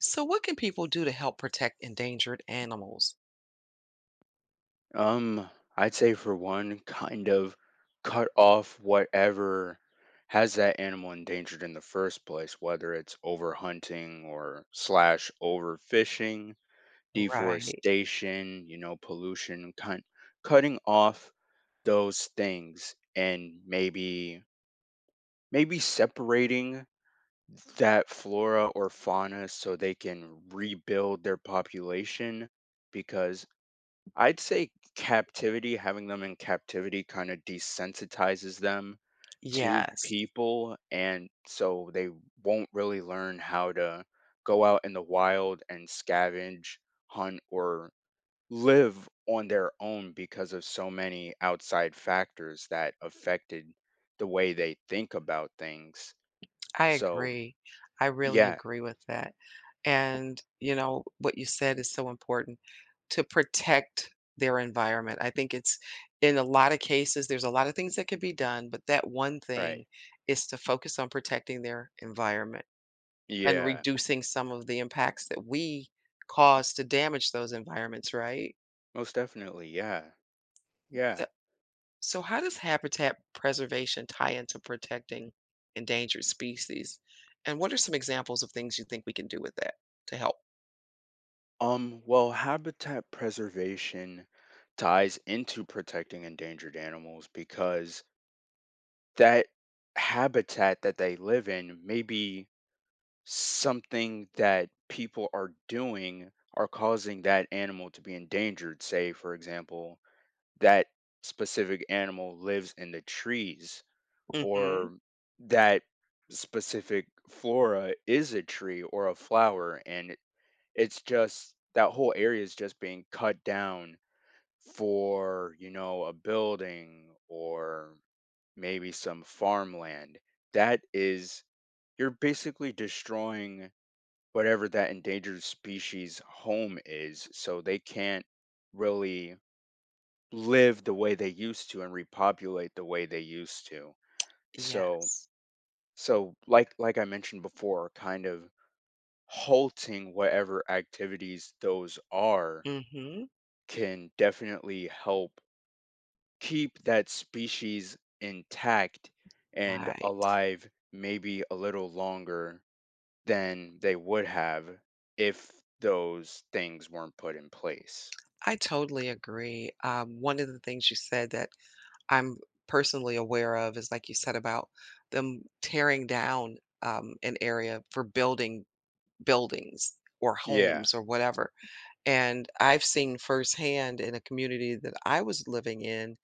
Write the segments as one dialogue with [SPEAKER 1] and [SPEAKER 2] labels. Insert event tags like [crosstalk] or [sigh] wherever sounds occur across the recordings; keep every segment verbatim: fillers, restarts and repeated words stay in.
[SPEAKER 1] So, what can people do to help protect endangered animals?
[SPEAKER 2] Um, I'd say for one, kind of cut off whatever has that animal endangered in the first place, whether it's overhunting or slash overfishing,
[SPEAKER 1] Right.
[SPEAKER 2] deforestation, you know, pollution, cut, cutting off those things and maybe maybe separating that flora or fauna so they can rebuild their population, because I'd say captivity, having them in captivity, kind of desensitizes them to
[SPEAKER 1] Yes.
[SPEAKER 2] people. And so they won't really learn how to go out in the wild and scavenge, hunt, or live on their own because of so many outside factors that affected the way they think about things.
[SPEAKER 1] I
[SPEAKER 2] So,
[SPEAKER 1] agree. I really
[SPEAKER 2] yeah.
[SPEAKER 1] agree with that. And, you know, what you said is so important to protect their environment. I think it's in a lot of cases, there's a lot of things that can be done, but that one
[SPEAKER 2] Right.
[SPEAKER 1] thing is to focus on protecting their environment and
[SPEAKER 2] Yeah,
[SPEAKER 1] reducing some of the impacts that we cause to damage those environments, right?
[SPEAKER 2] most definitely. Yeah,
[SPEAKER 1] So,
[SPEAKER 2] yeah.
[SPEAKER 1] So, how does habitat preservation tie into protecting endangered species? And what are some examples of things you think we can do with that to help?
[SPEAKER 2] Um, well, habitat preservation ties into protecting endangered animals because that habitat that they live in may be something that people are doing are causing that animal to be endangered. Say, for example, that specific animal lives in the trees,
[SPEAKER 1] Hmm.
[SPEAKER 2] or that specific flora is a tree or a flower, and it's just that whole area is just being cut down for, you know, a building or maybe some farmland. That is, you're basically destroying whatever that endangered species home is, so they can't really live the way they used to and repopulate the way they used to. So
[SPEAKER 1] Yes.
[SPEAKER 2] so like like I mentioned before, kind of halting whatever activities those are
[SPEAKER 1] Hmm.
[SPEAKER 2] can definitely help keep that species intact and
[SPEAKER 1] Right.
[SPEAKER 2] alive maybe a little longer than they would have if those things weren't put in place.
[SPEAKER 1] I totally agree. Um, one of the things you said that I'm personally aware of is, like you said, about them tearing down um, an area for building buildings or
[SPEAKER 2] Yeah,
[SPEAKER 1] homes or whatever. And I've seen firsthand in a community that I was living in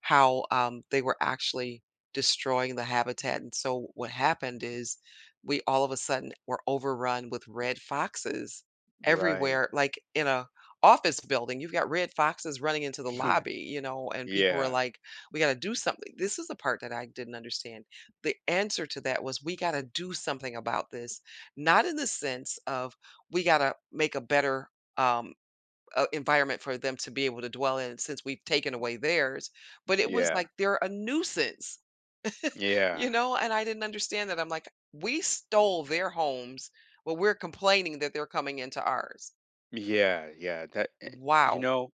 [SPEAKER 1] how um, they were actually destroying the habitat. And so what happened is we all of a sudden were overrun with red foxes
[SPEAKER 2] right.
[SPEAKER 1] everywhere, like in a office building. You've got red foxes running into the lobby,
[SPEAKER 2] [laughs]
[SPEAKER 1] you know, and people were
[SPEAKER 2] Yeah,
[SPEAKER 1] like, we got to do something. This is the part that I didn't understand. The answer to that was we got to do something about this, not in the sense of we got to make a better um, uh, environment for them to be able to dwell in since we've taken away theirs. But it was
[SPEAKER 2] yeah,
[SPEAKER 1] like they're a nuisance, you
[SPEAKER 2] yeah,
[SPEAKER 1] know? And I didn't understand that. I'm like, we stole their homes, but we're complaining that they're coming into ours.
[SPEAKER 2] yeah, yeah. That, and, you
[SPEAKER 1] Wow.
[SPEAKER 2] know,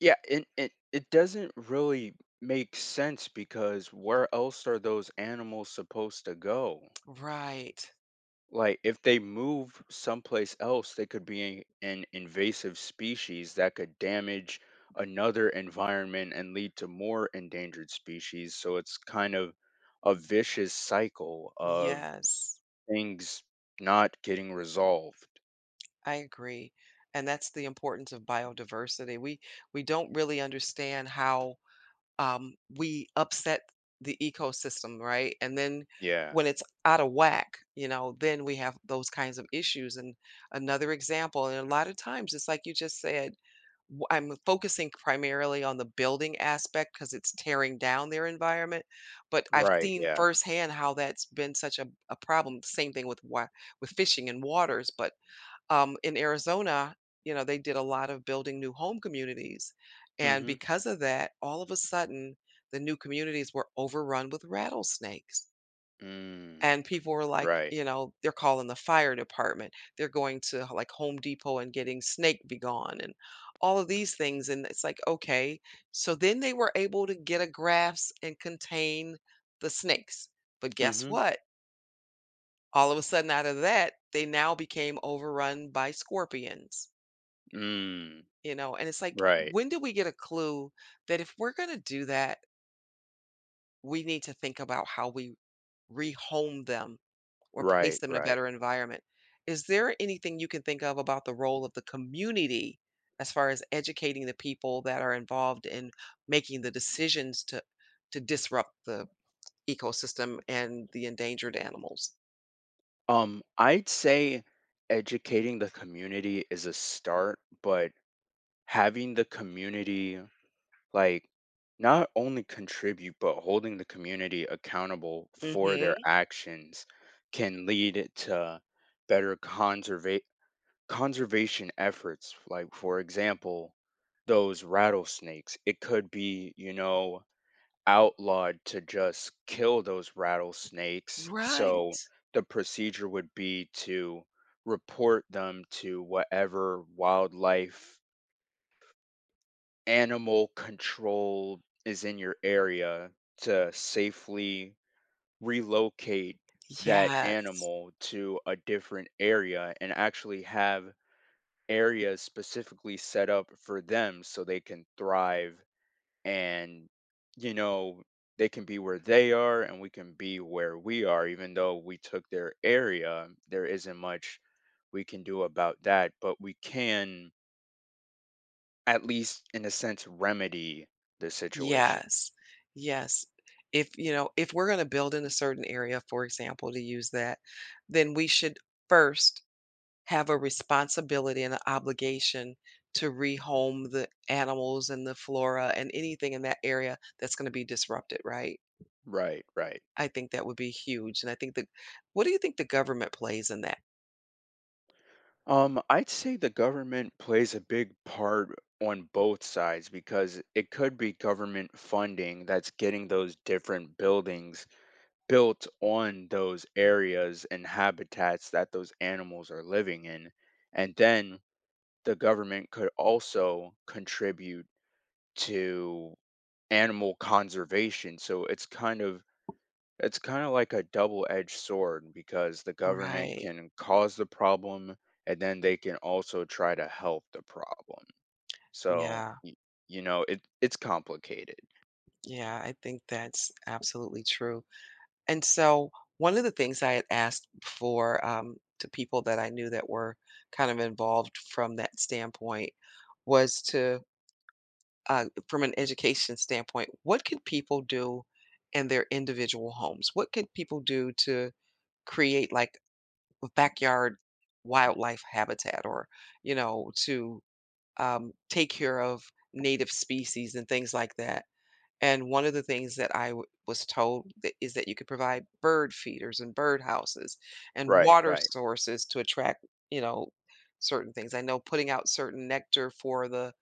[SPEAKER 2] yeah, and it, it doesn't really make sense because where else are those animals supposed to go?
[SPEAKER 1] Right.
[SPEAKER 2] Like, if they move someplace else, they could be an invasive species that could damage another environment and lead to more endangered species. So it's kind of a vicious cycle of
[SPEAKER 1] Yes,
[SPEAKER 2] things not getting resolved.
[SPEAKER 1] I agree. And that's the importance of biodiversity. We we don't really understand how um, we upset the ecosystem, right? And then
[SPEAKER 2] Yeah.
[SPEAKER 1] when it's out of whack, you know, then we have those kinds of issues. And another example, and a lot of times it's like you just said, w- I'm focusing primarily on the building aspect because it's tearing down their environment, but I've
[SPEAKER 2] Right.
[SPEAKER 1] seen
[SPEAKER 2] Yeah.
[SPEAKER 1] firsthand how that's been such a, a problem. Same thing with wa- with fishing and waters, but um, in Arizona, you know, they did a lot of building new home communities. And
[SPEAKER 2] Mm-hmm.
[SPEAKER 1] because of that, all of a sudden, the new communities were overrun with rattlesnakes.
[SPEAKER 2] Mm,
[SPEAKER 1] And people were like,
[SPEAKER 2] right.
[SPEAKER 1] you know, they're calling the fire department. They're going to like Home Depot and getting Snake Begone and all of these things. And it's like, okay. So then they were able to get a grasp and contain the snakes. But guess
[SPEAKER 2] Mm-hmm.
[SPEAKER 1] what? All of a sudden, out of that, they now became overrun by scorpions
[SPEAKER 2] Mm,
[SPEAKER 1] You know, and it's like,
[SPEAKER 2] right.
[SPEAKER 1] when do we get a clue that if we're gonna do that, we need to think about how we rehome them or place
[SPEAKER 2] Right.
[SPEAKER 1] them in a
[SPEAKER 2] Right.
[SPEAKER 1] better environment? Is there anything you can think of about the role of the community as far as educating the people that are involved in making the decisions to to disrupt the ecosystem and the endangered animals?
[SPEAKER 2] Um, I'd say educating the community is a start, but having the community, like, not only contribute but holding the community accountable for their
[SPEAKER 1] Mhm.
[SPEAKER 2] actions can lead it to better conserva- conservation efforts. Like, for example, those rattlesnakes, it could be, you know outlawed to just kill those rattlesnakes,
[SPEAKER 1] Right.
[SPEAKER 2] so the procedure would be to report them to whatever wildlife animal control is in your area, to safely relocate that
[SPEAKER 1] Yes.
[SPEAKER 2] animal to a different area, and actually have areas specifically set up for them so they can thrive. And, you know they can be where they are and we can be where we are. Even though we took their area, there isn't much we can do about that, but we can at least in a sense remedy the situation.
[SPEAKER 1] Yes. Yes. If, you know, if we're going to build in a certain area, for example, to use that, then we should first have a responsibility and an obligation to rehome the animals and the flora and anything in that area that's going to be disrupted, right?
[SPEAKER 2] Right, right.
[SPEAKER 1] I think that would be huge. And I think that, what do you think the government plays in that?
[SPEAKER 2] Um, I'd say the government plays a big part on both sides, because it could be government funding that's getting those different buildings built on those areas and habitats that those animals are living in. And then the government could also contribute to animal conservation. So it's kind of... It's kind of like a double-edged sword, because the government
[SPEAKER 1] Right.
[SPEAKER 2] can cause the problem and then they can also try to help the problem. So,
[SPEAKER 1] Yeah.
[SPEAKER 2] y- you know, it it's complicated.
[SPEAKER 1] Yeah. I think that's absolutely true. And so one of the things I had asked for um, to people that I knew that were kind of involved from that standpoint was to, uh, from an education standpoint, what could people do in their individual homes? What could people do to create like a backyard wildlife habitat or, you know, to um, take care of native species and things like that? And one of the things that I w was told that is that you could provide bird feeders and bird houses and
[SPEAKER 2] Right,
[SPEAKER 1] water
[SPEAKER 2] right.
[SPEAKER 1] sources to attract, you know, certain things. I know putting out certain nectar for the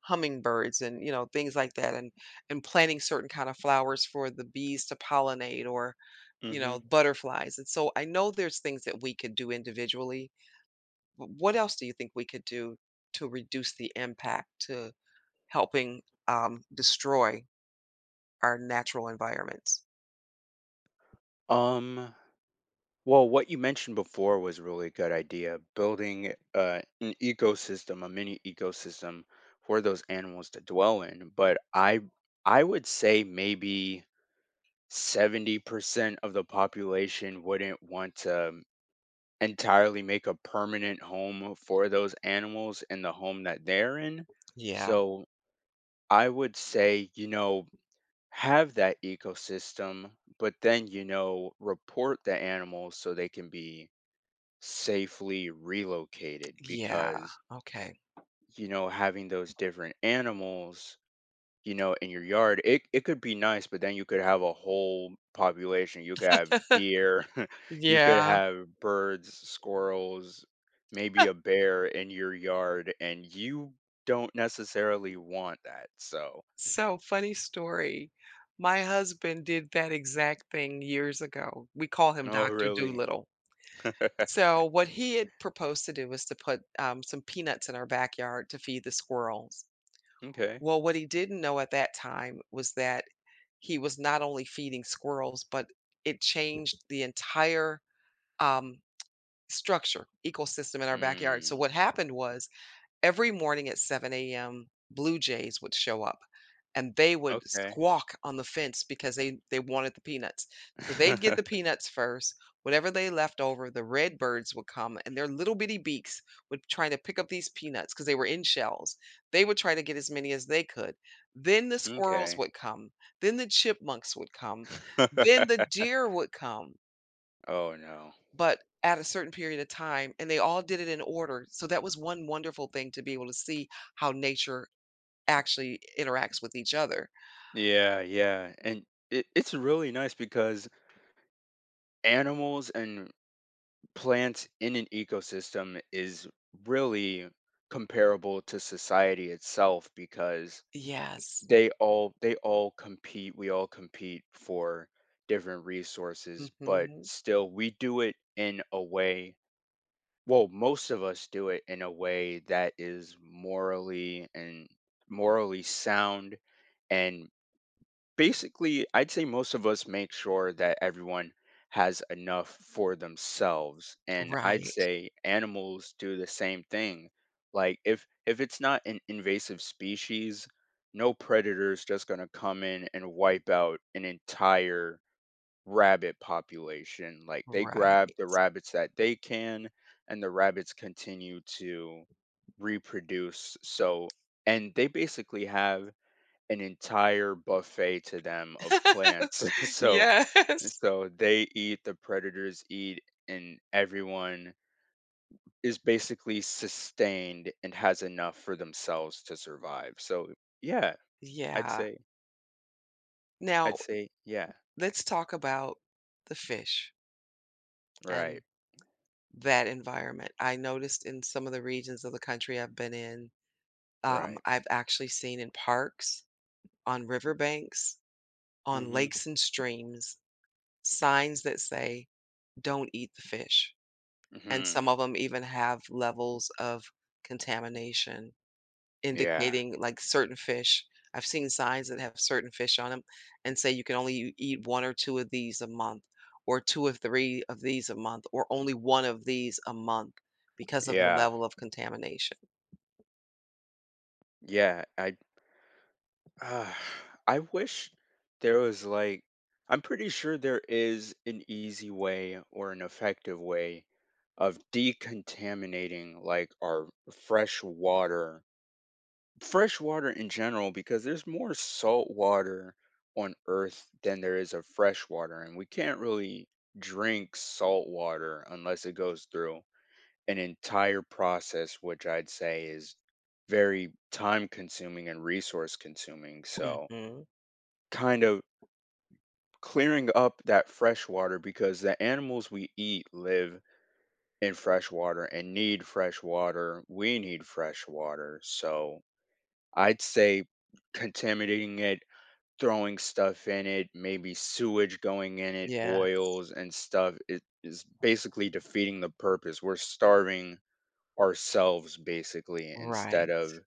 [SPEAKER 1] hummingbirds and, you know, things like that and and planting certain kind of flowers for the bees to pollinate or, you know,
[SPEAKER 2] Mhm.
[SPEAKER 1] butterflies. And so I know there's things that we could do individually. W what else do you think we could do to reduce the impact to helping, um, destroy our natural environments.
[SPEAKER 2] Um well, what you mentioned before was a really good idea, building uh, an ecosystem, a mini ecosystem for those animals to dwell in, but I I would say maybe seventy percent of the population wouldn't want to entirely make a permanent home for those animals in the home that they're in.
[SPEAKER 1] Yeah,
[SPEAKER 2] So I would say, you know, have that ecosystem, but then, you know, report the animals so they can be safely relocated,
[SPEAKER 1] yeah,
[SPEAKER 2] because,
[SPEAKER 1] okay.
[SPEAKER 2] you know, having those different animals, you know, in your yard, it it could be nice, but then you could have a whole population. You could have
[SPEAKER 1] [laughs]
[SPEAKER 2] deer, [laughs] you could
[SPEAKER 1] Yeah.
[SPEAKER 2] have birds, squirrels, maybe a bear in your yard, and you don't necessarily want that. So.
[SPEAKER 1] So, funny story. My husband did that exact thing years ago. We call him
[SPEAKER 2] Oh,
[SPEAKER 1] Doctor
[SPEAKER 2] really?
[SPEAKER 1] Doolittle.
[SPEAKER 2] [laughs]
[SPEAKER 1] So, what he had proposed to do was to put, um, some peanuts in our backyard to feed the squirrels.
[SPEAKER 2] Okay.
[SPEAKER 1] Well, what he didn't know at that time was that he was not only feeding squirrels, but it changed the entire, um, structure, ecosystem in our backyard. So what
[SPEAKER 2] Mm,
[SPEAKER 1] happened was every morning at seven a m, blue jays would show up, and they would
[SPEAKER 2] okay.
[SPEAKER 1] squawk on the fence because they they wanted the peanuts. So they'd get the
[SPEAKER 2] [laughs]
[SPEAKER 1] peanuts first. Whatever they left over, the red birds would come, and their little bitty beaks would try to pick up these peanuts because they were in shells. They would try to get as many as they could. Then the squirrels
[SPEAKER 2] Okay.
[SPEAKER 1] would come. Then the chipmunks would come. Then the
[SPEAKER 2] [laughs]
[SPEAKER 1] deer would come
[SPEAKER 2] Oh no.
[SPEAKER 1] but at a certain period of time, and they all did it in order. So that was one wonderful thing to be able to see how nature actually interacts with each other.
[SPEAKER 2] Yeah, yeah. And it, it's really nice because animals and plants in an ecosystem is really comparable to society itself, because
[SPEAKER 1] Yes.
[SPEAKER 2] they all they all compete we all compete for different resources, but
[SPEAKER 1] Mhm.
[SPEAKER 2] still we do it in a way, well, most of us do it in a way that is morally and morally sound, and basically, I'd say most of us make sure that everyone has enough for themselves. And I'd
[SPEAKER 1] Right,
[SPEAKER 2] say animals do the same thing. Like, if if it's not an invasive species, no predator's just going to come in and wipe out an entire rabbit population. Like, they
[SPEAKER 1] right.
[SPEAKER 2] grab the rabbits that they can, and the rabbits continue to reproduce. So, and they basically have an entire buffet to them of plants. [laughs]
[SPEAKER 1] [laughs]
[SPEAKER 2] so
[SPEAKER 1] Yes.
[SPEAKER 2] so they eat, the predators eat, and everyone is basically sustained and has enough for themselves to survive. So, yeah, I'd
[SPEAKER 1] Yeah.
[SPEAKER 2] say
[SPEAKER 1] Now,
[SPEAKER 2] I'd say yeah.
[SPEAKER 1] let's talk about the fish and
[SPEAKER 2] Right.
[SPEAKER 1] that environment. I noticed in some of the regions of the country I've been in, um,
[SPEAKER 2] Right.
[SPEAKER 1] I've actually seen in parks, on riverbanks, on
[SPEAKER 2] Mhm.
[SPEAKER 1] lakes and streams signs that say, "Don't eat the fish," and some
[SPEAKER 2] Mhm.
[SPEAKER 1] of them even have levels of contamination,
[SPEAKER 2] Yeah.
[SPEAKER 1] indicating, like, certain fish. I've seen signs that have certain fish on them, and say you can only u eat one or two of these a month, or two or three of these a month, or only one of these a month because of the
[SPEAKER 2] Yeah.
[SPEAKER 1] level of contamination.
[SPEAKER 2] Yeah. I Uh, I wish there was, like, I'm pretty sure there is an easy way or an effective way of decontaminating, like, our fresh water. Fresh water in general, because there's more salt water on earth than there is of fresh water, and we can't really drink salt water unless it goes through an entire process, which I'd say is very time consuming and resource consuming. So,
[SPEAKER 1] Mhm.
[SPEAKER 2] kind of clearing up that fresh water, because the animals we eat live in fresh water and need fresh water. We need fresh water. So I'd say contaminating it, throwing stuff in it, maybe sewage going in it,
[SPEAKER 1] Yeah.
[SPEAKER 2] oils and stuff, it is basically defeating the purpose. We're starving ourselves basically,
[SPEAKER 1] Right.
[SPEAKER 2] instead of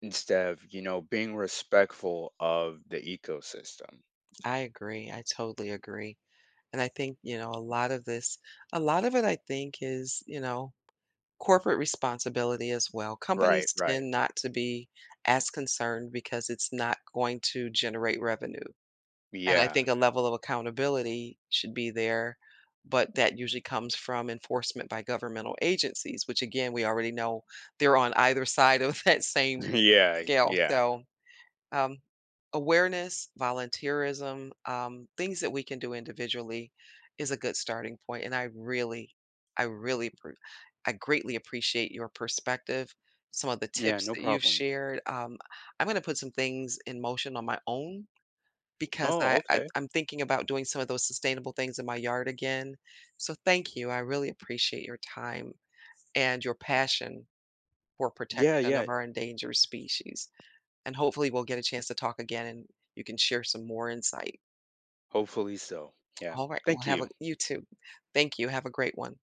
[SPEAKER 2] instead of, you know, being respectful of the ecosystem.
[SPEAKER 1] I agree. I totally agree. And I think, you know, a lot of this, a lot of it, I think, is, you know, corporate responsibility as well.
[SPEAKER 2] Right,
[SPEAKER 1] Companies
[SPEAKER 2] right.
[SPEAKER 1] tend not to be as concerned because it's not going to generate revenue. And I
[SPEAKER 2] Yeah.
[SPEAKER 1] think a level of accountability should be there, but that usually comes from enforcement by governmental agencies, which again, we already know they're on either side of [laughs] that same
[SPEAKER 2] [laughs] Yeah,
[SPEAKER 1] scale.
[SPEAKER 2] yeah.
[SPEAKER 1] So, um, awareness, volunteerism, um, things that we can do individually is a good starting point. And I really, I really, appre- I greatly appreciate your perspective. Some of the
[SPEAKER 2] Yeah,
[SPEAKER 1] tips
[SPEAKER 2] no
[SPEAKER 1] that you've
[SPEAKER 2] problem.
[SPEAKER 1] shared. Um, I'm going to put some things in motion on my own because
[SPEAKER 2] Oh,
[SPEAKER 1] I I
[SPEAKER 2] okay.
[SPEAKER 1] I'm thinking about doing some of those sustainable things in my yard again. So thank you. I really appreciate your time and your passion for
[SPEAKER 2] Yeah,
[SPEAKER 1] protection
[SPEAKER 2] yeah.
[SPEAKER 1] of our endangered species. And hopefully we'll get a chance to talk again and you can share some more insight.
[SPEAKER 2] Hopefully so. Yeah.
[SPEAKER 1] All right. Well,
[SPEAKER 2] Thank
[SPEAKER 1] have a
[SPEAKER 2] you.
[SPEAKER 1] you too. Thank you. Have a great one.